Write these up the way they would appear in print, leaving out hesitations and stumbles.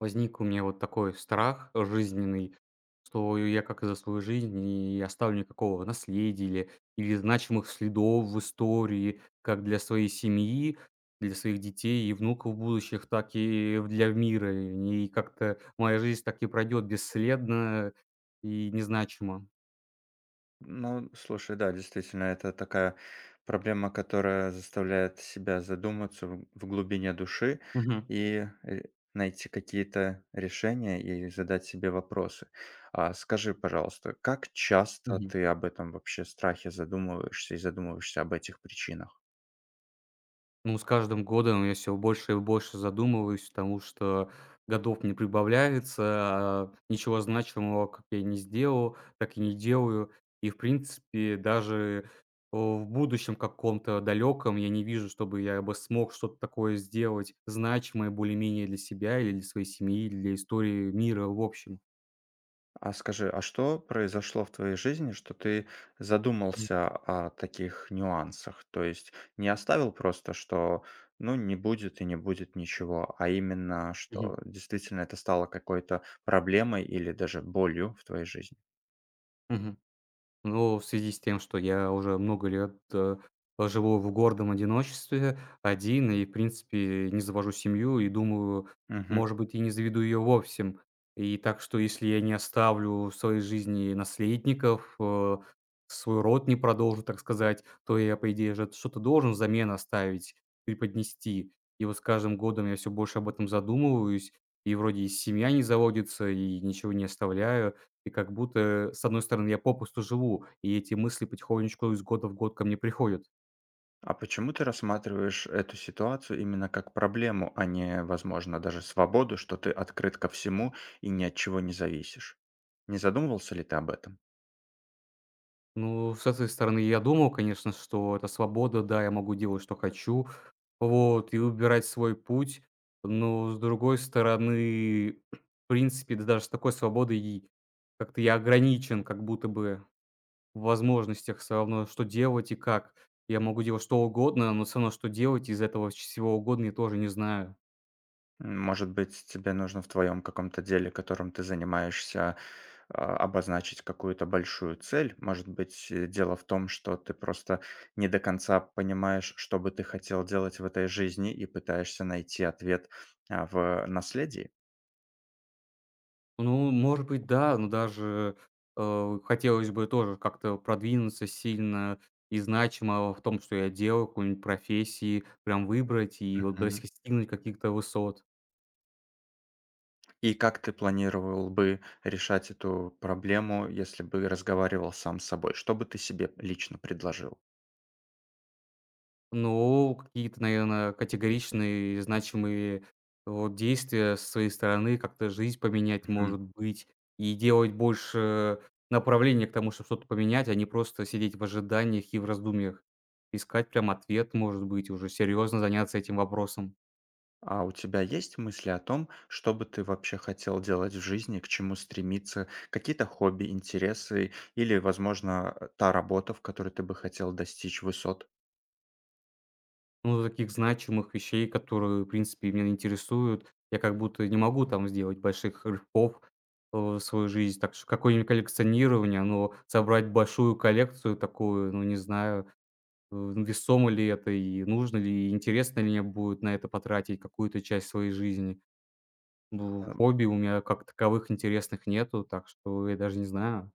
Возник у меня вот такой страх жизненный, что я как за свою жизнь не оставлю никакого наследия или значимых следов в истории как для своей семьи, для своих детей и внуков будущих, так и для мира. И как-то моя жизнь так и пройдет бесследно и незначимо. Ну, слушай, да, действительно, это такая проблема, которая заставляет себя задуматься в глубине души Мгм. и найти какие-то решения и задать себе вопросы. А скажи, пожалуйста, как часто Мгм. ты об этом вообще страхе задумываешься и задумываешься об этих причинах? Ну, с каждым годом я все больше и больше задумываюсь, потому что годов не прибавляется, а ничего значимого, как я не сделал, так и не делаю. И, в принципе, даже в будущем каком-то далеком я не вижу, чтобы я бы смог что-то такое сделать значимое более-менее для себя или для своей семьи, или для истории мира в общем. А скажи, а что произошло в твоей жизни, что ты М. задумался о таких нюансах? То есть не оставил просто, что ну не будет и не будет ничего, а именно, Мгм. что действительно это стало какой-то проблемой или даже болью в твоей жизни? Мгм. Но в связи с тем, что я уже много лет, живу в гордом одиночестве, один и, в принципе, не завожу семью, и думаю, Мгм. может быть, и не заведу ее вовсе. И так что, если я не оставлю в своей жизни наследников, свой род не продолжу, так сказать, то я, по идее же, что-то должен взамен оставить, преподнести. И вот с каждым годом я все больше об этом задумываюсь, и вроде и семья не заводится, и ничего не оставляю. И как будто, с одной стороны, я попусту живу, и эти мысли потихонечку из года в год ко мне приходят. А почему ты рассматриваешь эту ситуацию именно как проблему, а не, возможно, даже свободу, что ты открыт ко всему и ни от чего не зависишь? Не задумывался ли ты об этом? Ну, с этой стороны, я думал, конечно, что это свобода, да, я могу делать, что хочу, вот, и выбирать свой путь. Но, с другой стороны, в принципе, да даже с такой свободой и как-то я ограничен как будто бы в возможностях всё равно, что делать и как. Я могу делать что угодно, но всё равно, что делать из этого всего угодно, я тоже не знаю. М, может быть, тебе нужно в твоем каком-то деле, которым ты занимаешься, обозначить какую-то большую цель. Может быть, дело в том, что ты просто не до конца понимаешь, что бы ты хотел делать в этой жизни, и пытаешься найти ответ в наследии. Ну, может быть, да, но даже, хотелось бы тоже как-то продвинуться сильно и значимо в том, что я делаю, какой-нибудь профессии прям выбрать и вот Мгм. достигнуть каких-то высот. И как ты планировал бы решать эту проблему, если бы разговаривал сам с собой? Что бы ты себе лично предложил? Но какие-то, наверное, категоричные, значимые вот действия с своей стороны, как-то жизнь поменять, может быть, и делать больше направления к тому, чтобы что-то поменять, а не просто сидеть в ожиданиях и в раздумьях. Искать прям ответ, может быть, уже серьезно заняться этим вопросом. А у тебя есть мысли о том, что бы ты вообще хотел делать в жизни, к чему стремиться, какие-то хобби, интересы или, возможно, та работа, в которой ты бы хотел достичь высот? Ну, таких значимых вещей, которые, в принципе, меня интересуют. Я как будто не могу там сделать больших рывков, в свою жизнь. Так что какое-нибудь коллекционирование, но собрать большую коллекцию такую, ну, не знаю, весомо ли это и нужно ли, и интересно ли мне будет на это потратить какую-то часть своей жизни. Ну, хобби у меня как таковых интересных нету, так что я даже не знаю.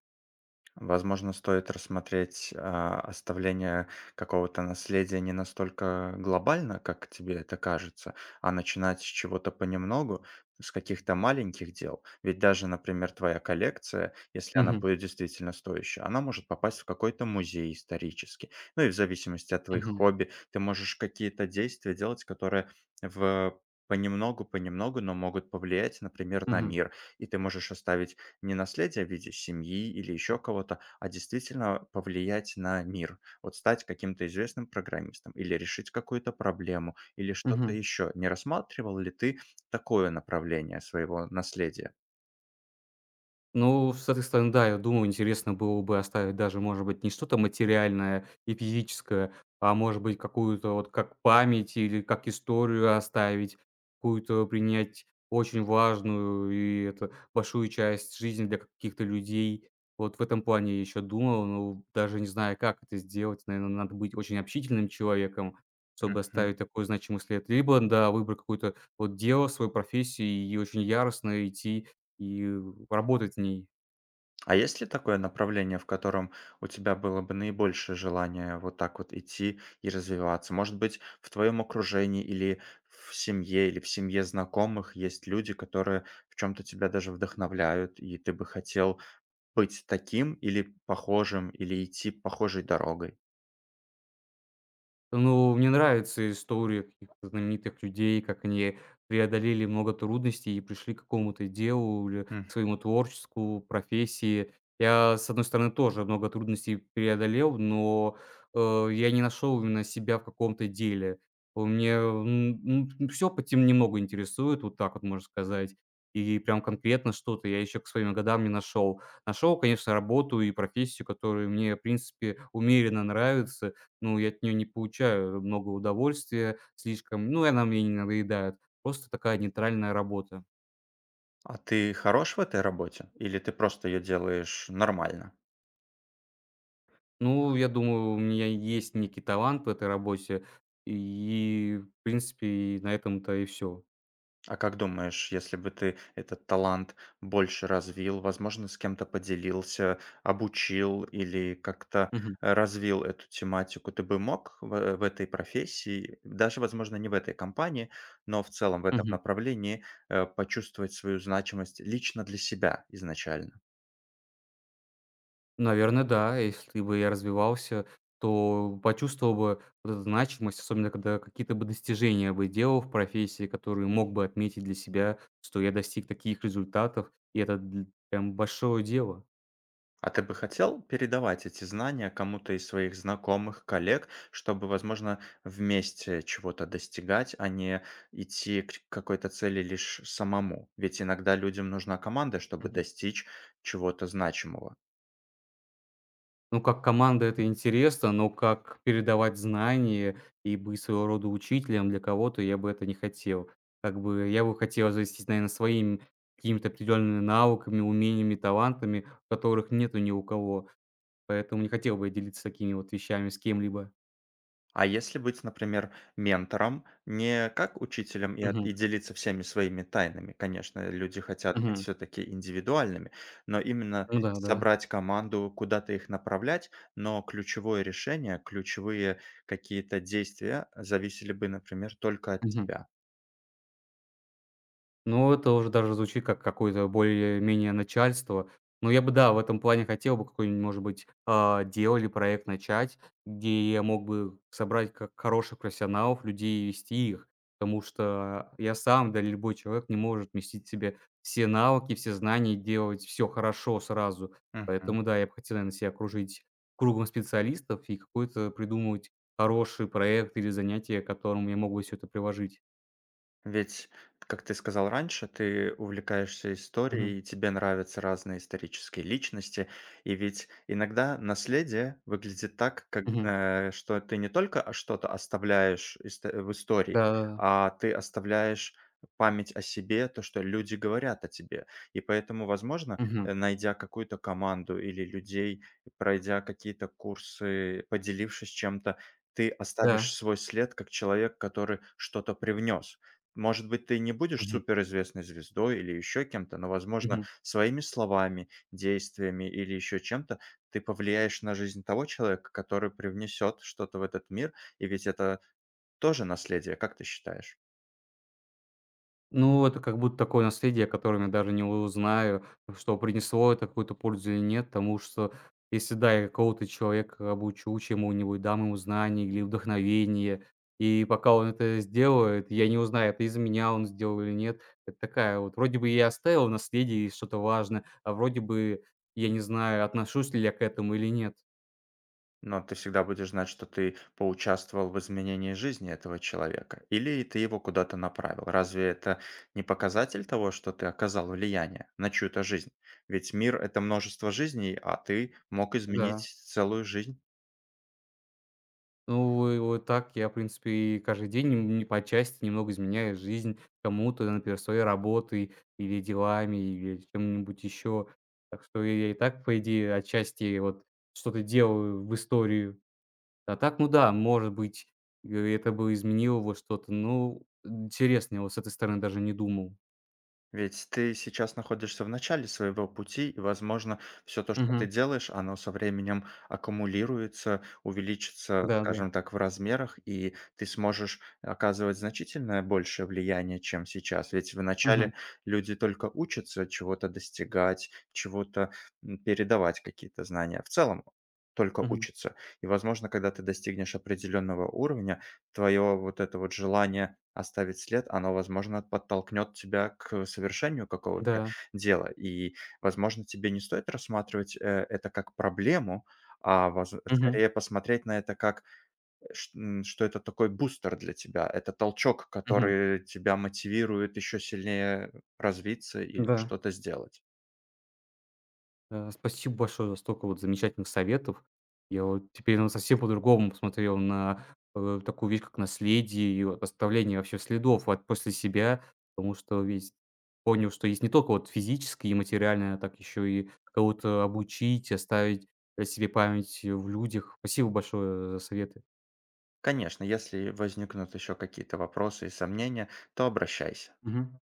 Возможно, стоит рассмотреть, оставление какого-то наследия не настолько глобально, как тебе это кажется, а начинать с чего-то понемногу, с каких-то маленьких дел. Ведь даже, например, твоя коллекция, если она Мгм, будет действительно стоящая, она может попасть в какой-то музей исторический. Ну и в зависимости от твоих мгм, хобби, ты можешь какие-то действия делать, которые в понемногу, понемногу, но могут повлиять, например, на мгм, мир. И ты можешь оставить не наследие в виде семьи или еще кого-то, а действительно повлиять на мир. Вот стать каким-то известным программистом или решить какую-то проблему или что-то мгм. еще. Не рассматривал ли ты такое направление своего наследия? Ну, с этой стороны, да, я думаю, интересно было бы оставить даже, может быть, не что-то материальное и физическое, а может быть, какую-то вот как память или как историю оставить, какую-то принять очень важную и это большую часть жизни для каких-то людей. Вот в этом плане я еще думал, но даже не знаю, как это сделать. Наверное, надо быть очень общительным человеком, чтобы Мгм. оставить такой значимый след. Либо, да, выбрать какое-то вот дело, свою профессию и очень яростно идти и работать в ней. А есть ли такое направление, в котором у тебя было бы наибольшее желание вот так вот идти и развиваться? Может быть, в твоем окружении, или в семье знакомых есть люди, которые в чем-то тебя даже вдохновляют, и ты бы хотел быть таким, или похожим, или идти похожей дорогой. Ну, мне нравятся истории каких-то знаменитых людей, как они преодолели много трудностей и пришли к какому-то делу или Мгм. к своему творчеству, профессии. Я, с одной стороны, тоже много трудностей преодолел, но, я не нашел именно себя в каком-то деле. У меня, все по тем немного интересует, вот так вот можно сказать. И прям конкретно что-то я еще к своим годам не нашел. Нашел, конечно, работу и профессию, которые мне, в принципе, умеренно нравятся. Ну, я от нее не получаю много удовольствия слишком, ну, и она мне не надоедает. Просто такая нейтральная работа. А ты хорош в этой работе или ты просто ее делаешь нормально? Ну, я думаю, у меня есть некий талант в этой работе, и, в принципе, и на этом-то и все. А как думаешь, если бы ты этот талант больше развил, возможно, с кем-то поделился, обучил или как-то Мгм, развил эту тематику, ты бы мог в этой профессии, даже, возможно, не в этой компании, но в целом в этом мгм. направлении почувствовать свою значимость лично для себя изначально? Наверное, да. Если бы я развивался, то почувствовал бы вот эту значимость, особенно когда какие-то бы достижения бы делал в профессии, которые мог бы отметить для себя, что я достиг таких результатов, и это дл прям большое дело. А ты бы хотел передавать эти знания кому-то из своих знакомых, коллег, чтобы, возможно, вместе чего-то достигать, а не идти к какой-то цели лишь самому? Ведь иногда людям нужна команда, чтобы достичь чего-то значимого. Ну, как команда это интересно, но как передавать знания и быть своего рода учителем для кого-то, я бы это не хотел. Как бы я бы хотел завестись, наверное, своими какими-то определенными навыками, умениями, талантами, которых нету ни у кого. Поэтому не хотел бы я делиться такими вот вещами с кем-либо. А если быть, например, ментором, не как учителем, и Мгм, и делиться всеми своими тайнами, конечно, люди хотят быть мгм. все-таки индивидуальными, но именно Ну да, да. собрать команду, куда-то их направлять, но ключевое решение, ключевые какие-то действия зависели бы, например, только от Мгм. тебя. Ну, это уже даже звучит как какое-то более-менее начальство. Но я бы, да, в этом плане хотел бы какой-нибудь, может быть, дело или проект начать, где я мог бы собрать как хороших профессионалов, людей и вести их. Потому что я сам, да и любой человек не может вместить в себе все навыки, все знания и делать все хорошо сразу. Мгм. Поэтому да, я бы хотел, наверно, себя окружить кругом специалистов и какой-то придумывать хороший проект или занятие, к которому я мог бы все это приложить. Ведь, как ты сказал раньше, ты увлекаешься Мгм. историей, и тебе нравятся разные исторические личности. И ведь иногда наследие выглядит так, как, Мгм. Что ты не только что-то оставляешь в истории, Да, да. а ты оставляешь память о себе, то, что люди говорят о тебе. И поэтому, возможно, Мгм. Найдя какую-то команду или людей, пройдя какие-то курсы, поделившись чем-то, ты оставишь Да. свой след как человек, который что-то привнес. Может быть, ты не будешь Мгм. суперизвестной звездой или еще кем-то, но, возможно, Мгм. своими словами, действиями или еще чем-то ты повлияешь на жизнь того человека, который привнесет что-то в этот мир. И ведь это тоже наследие, как ты считаешь? Ну, это как будто такое наследие, о котором я даже не узнаю, что принесло это какую-то пользу или нет. Потому что если, да, я какого-то человека обучу чему-нибудь, дам ему знания или вдохновение, и пока он это сделает, я не узнаю, это из-за меня он сделал или нет. Это такая вот, вроде бы я оставил наследие и что-то важное, а вроде бы я не знаю, отношусь ли я к этому или нет. Но ты всегда будешь знать, что ты поучаствовал в изменении жизни этого человека. Или ты его куда-то направил. Разве это не показатель того, что ты оказал влияние на чью-то жизнь? Ведь мир – это множество жизней, а ты мог изменить Да. целую жизнь. Ну, вы вот так я, в принципе, и каждый день н не по части немного изменяю жизнь кому-то, например, своей работой или делами, или чем-нибудь еще. Так что я и так, по идее, отчасти вот что-то делаю в историю. А так, ну да, может быть, э, это бы изменило вот что-то. Ну, интересно, я вот с этой стороны даже не думал. Ведь ты сейчас находишься в начале своего пути, и, возможно, все то, что ты Мгм. делаешь, оно со временем аккумулируется, увеличится, Да-да. скажем так, в размерах, и ты сможешь оказывать значительно большее влияние, чем сейчас. Ведь в Мгм. начале люди только учатся чего-то достигать, чего-то передавать какие-то знания. В целом только Мгм. учатся. И, возможно, когда ты достигнешь определенного уровня, твое вот это вот желание оставить след, оно, возможно, подтолкнет тебя к совершению какого-то Да. дела. И, возможно, тебе не стоит рассматривать, это как проблему, а воз Мгм. скорее посмотреть на это как, что это такой бустер для тебя. Это толчок, Мгм. который тебя мотивирует еще сильнее развиться или Да. что-то сделать. Э, спасибо большое за столько вот замечательных советов. Я вот теперь, ну, совсем по-другому посмотрел на, такую вещь, как наследие и вот оставление вообще следов от после себя, потому что весь понял, что есть не только вот физическое и материальное, а так еще и кого-то обучить, оставить о себе память в людях. Спасибо большое за советы. Конечно, если возникнут еще какие-то вопросы и сомнения, то обращайся. Мгм.